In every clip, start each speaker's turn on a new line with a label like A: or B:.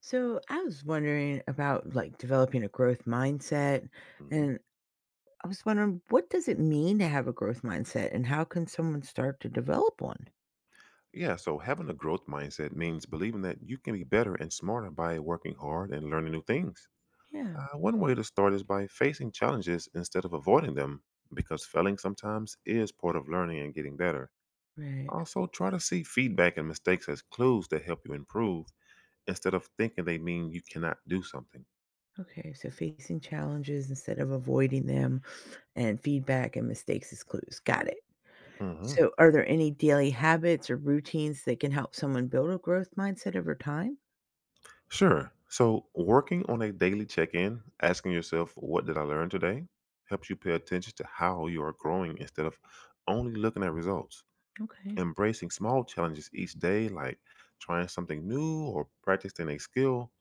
A: So I was wondering about developing a growth mindset,
B: Mhm.
A: and I was wondering, what does it mean to have a growth mindset and how can someone start to develop one?
B: Yeah, so having a growth mindset means believing that you can be better and smarter by working hard and learning new things.
A: Yeah,
B: One way to start is by facing challenges instead of avoiding them, because failing sometimes is part of learning and getting better.
A: right.
B: Also, try to see feedback and mistakes as clues that help you improve instead of thinking they mean you cannot do something.
A: Okay, so facing challenges instead of avoiding them, and feedback and mistakes as clues. Got it.
B: Mhm.
A: So are there any daily habits or routines that can help someone build a growth mindset over time?
B: Sure. So, working on a daily check in, asking yourself, "What did I learn today?" helps you pay attention to how you are growing instead of only looking at results.
A: Okay.
B: Embracing small challenges each day, like trying something new or practicing a skill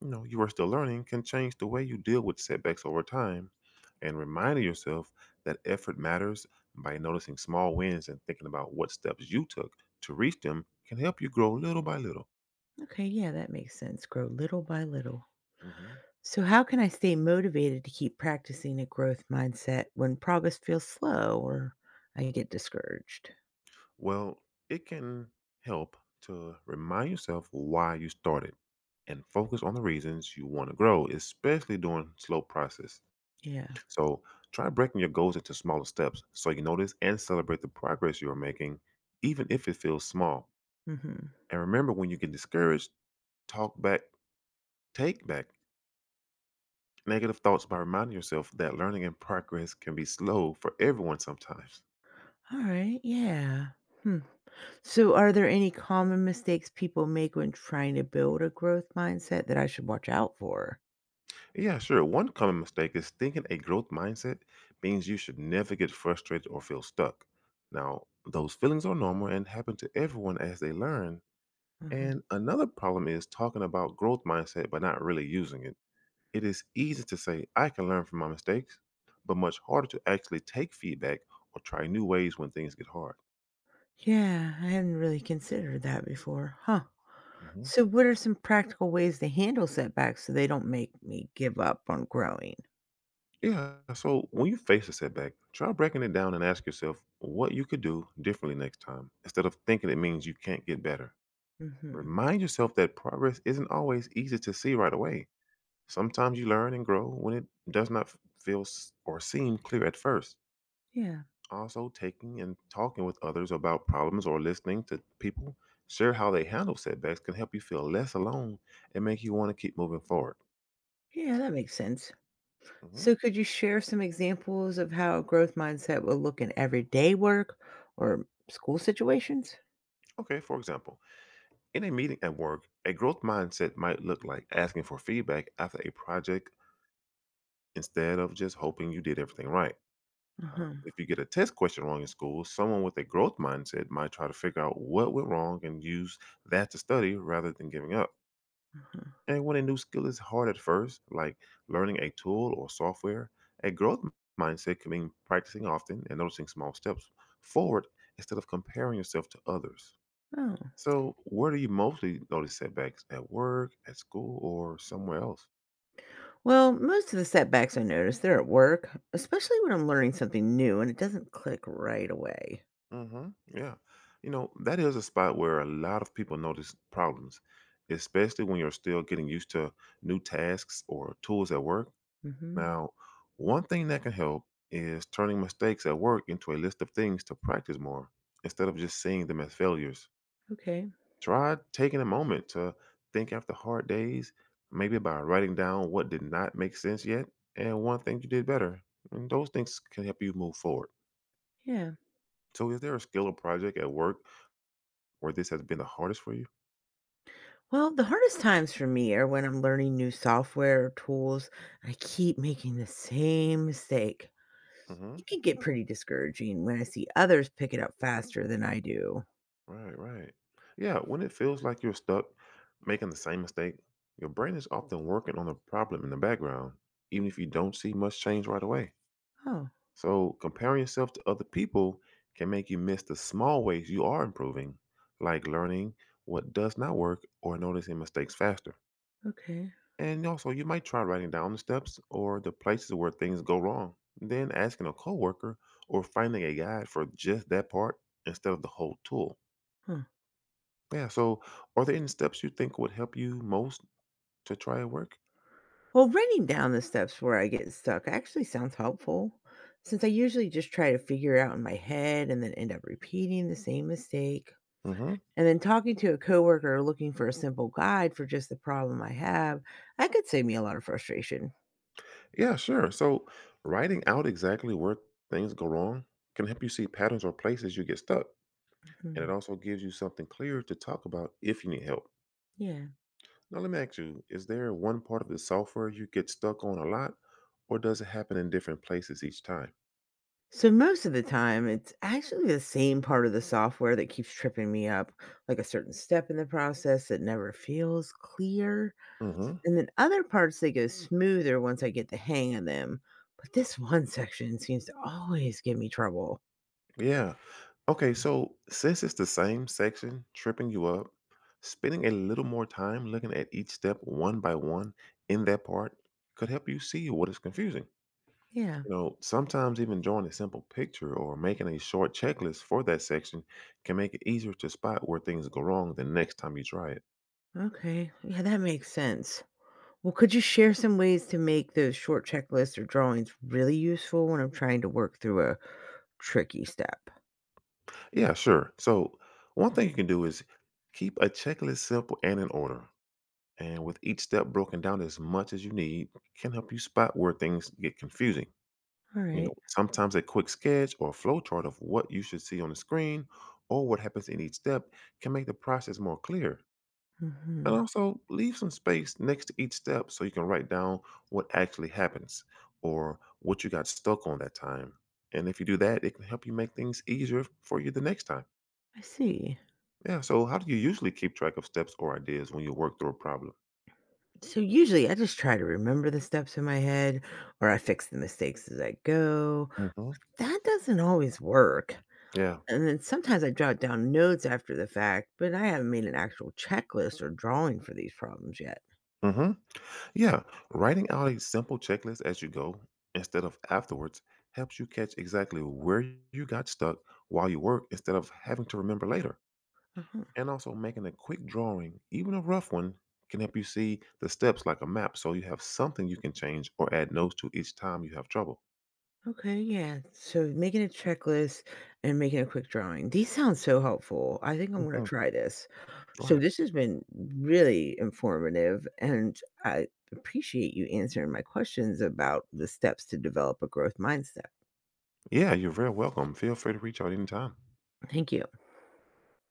B: you know you are still learning, can change the way you deal with setbacks over time. And reminding yourself that effort matters by noticing small wins and thinking about what steps you took to reach them can help you grow little by little.
A: Okay, yeah, that makes sense. Grow little by little.
B: Mhm.
A: So, how can I stay motivated to keep practicing a growth mindset when progress feels slow or I get discouraged?
B: Well, it can help to remind yourself why you started and focus on the reasons you want to grow, especially during slow process.
A: Yeah.
B: So try breaking your goals into smaller steps so you notice and celebrate the progress you are making, even if it feels small.
A: Hmm.
B: And remember when you get discouraged, talk back, take back negative thoughts by reminding yourself that learning and progress can be slow for everyone sometimes.
A: All right. Yeah. Hmm. So, are there any common mistakes people make when trying to build a growth mindset that I should watch out for?
B: Yeah, sure. One common mistake is thinking a growth mindset means you should never get frustrated or feel stuck. Now, those feelings are normal and happen to everyone as they learn.
A: Mhm.
B: And another problem is talking about growth mindset but not really using it. It is easy to say, "I can learn from my mistakes," but much harder to actually take feedback or try new ways when things get hard.
A: Yeah, I hadn't really considered that before. Huh.
B: Mhm.
A: So, what are some practical ways to handle setbacks so they don't make me give up on growing?
B: Yeah, so when you face a setback, try breaking it down and ask yourself what you could do differently next time instead of thinking it means you can't get better.
A: Hmm.
B: Remind yourself that progress isn't always easy to see right away. Sometimes you learn and grow when it does not feel s- or seem clear at first.
A: Yeah.
B: Also, taking and talking with others about problems or listening to people share how they handle setbacks can help you feel less alone and make you want to keep moving forward.
A: Yeah, that makes sense.
B: Mhm.
A: So, could you share some examples of how a growth mindset will look in everyday work or school situations?
B: Okay, for example, in a meeting at work, a growth mindset might look like asking for feedback after a project instead of just hoping you did everything right.
A: Uh-huh,
B: If you get a test question wrong in school, someone with a growth mindset might try to figure out what went wrong and use that to study rather than giving up.
A: uh-huh.
B: And when a new skill is hard at first, like learning a tool or software, a mindset can mean practicing often and noticing small steps forward instead of comparing yourself to others.
A: Oh,
B: So, where do you mostly notice setbacks at work, at school, or somewhere else?
A: well, most of the setbacks I notice, they're at work, especially when I'm learning something new and it doesn't click right away.
B: Mm-hmm. Yeah. You know, that is a spot where a lot of people notice problems, especially when you're still getting used to new tasks or tools at work.
A: Hmm.
B: Now, one thing that can help is turning mistakes at work into a list of things to practice more instead of just seeing them as failures.
A: Okay,
B: Try taking a moment to think after hard days, maybe by writing down what did not make sense yet and one thing you did better. And those things can help you move forward.
A: yeah.
B: So, is there a skill or project at work or this has been the hardest for you?
A: Well, the hardest times for me are when I'm learning new software or tools. I keep making the same mistake.
B: Mhm.
A: It can get pretty discouraging when I see others pick it up faster than I do.
B: Right, right. Yeah, when it feels like you're stuck making the same mistake, your brain is often working on a problem in the background, even if you don't see much change right away.
A: Oh,
B: So, comparing yourself to other people can make you miss the small ways you are improving, like learning what does not work or noticing mistakes faster.
A: okay.
B: And also, you might try writing down the steps or the places where things go wrong, then asking a coworker or finding a guide for just that part instead of the whole tool. Yeah, so are there any steps you think would help you most to try at work?
A: Well, writing down the steps where I get stuck actually sounds helpful, since I usually just try to figure it out in my head and then end up repeating the same mistake.
B: Hmm.
A: And then talking to a coworker or looking for a simple guide for just the problem I have, that could save me a lot of frustration.
B: Yeah, sure. So writing out exactly where things go wrong can help you see patterns or places you get stuck. And it
A: Mhm.
B: also gives you something clear to talk about if you need help.
A: Yeah.
B: Now, let me ask you, is there one part of the software you get stuck on a lot, or does it happen in different places each time?
A: So most of the time, it's actually the same part of the software that keeps tripping me up, like a certain step in the process that never feels clear.
B: Hmm.
A: And then other parts, they go smoother once I get the hang of them. But this one section seems to always give me trouble.
B: Yeah. Okay, so since it's the same section tripping you up, spending a little more time looking at each step one by one in that part could help you see what is confusing.
A: Yeah.
B: You know, sometimes even drawing a simple picture or making a short checklist for that section can make it easier to spot where things go wrong the next time you try it.
A: Okay. Yeah, that makes sense. Well, could you share some ways to make those short checklists or drawings really useful when I'm trying to work through a tricky step?
B: Yeah, sure. So, one thing you can do is keep a checklist simple and in order. And with each step broken down as much as you need, can help you spot where things get confusing.
A: All
B: You
A: right.
B: know, sometimes a quick sketch or flow chart of what you should see on the screen or what happens in each step can make the process more clear. And
A: Mm-hmm.
B: also, leave some space next to each step so you can write down what actually happens or what you got stuck on that time. And if you do that, it can help you make things easier for you the next time.
A: I see.
B: Yeah. So, how do you usually keep track of steps or ideas when you work through a problem?
A: So usually I just try to remember the steps in my head or I fix the mistakes as I go.
B: Hmm.
A: That doesn't always work.
B: Yeah.
A: And then sometimes I jot down notes after the fact, but I haven't made an actual checklist or drawing for these problems yet.
B: Hmm. Yeah. Writing out a simple checklist as you go instead of afterwards helps you catch exactly where you got stuck while you work instead of having to remember later.
A: Uh-huh.
B: And also, making a quick drawing, even a rough one, can help you see the steps like a map so you have something you can change or add notes to each time you have trouble.
A: Okay, yeah. So making a checklist and making a quick drawing. These sound so helpful. I think I'm going to
B: Hmm.
A: try this. So
B: Right.
A: this has been really informative, and I appreciate you answering my questions about the steps to develop a growth mindset.
B: Yeah. You're very welcome. Feel free to reach out anytime.
A: Thank you.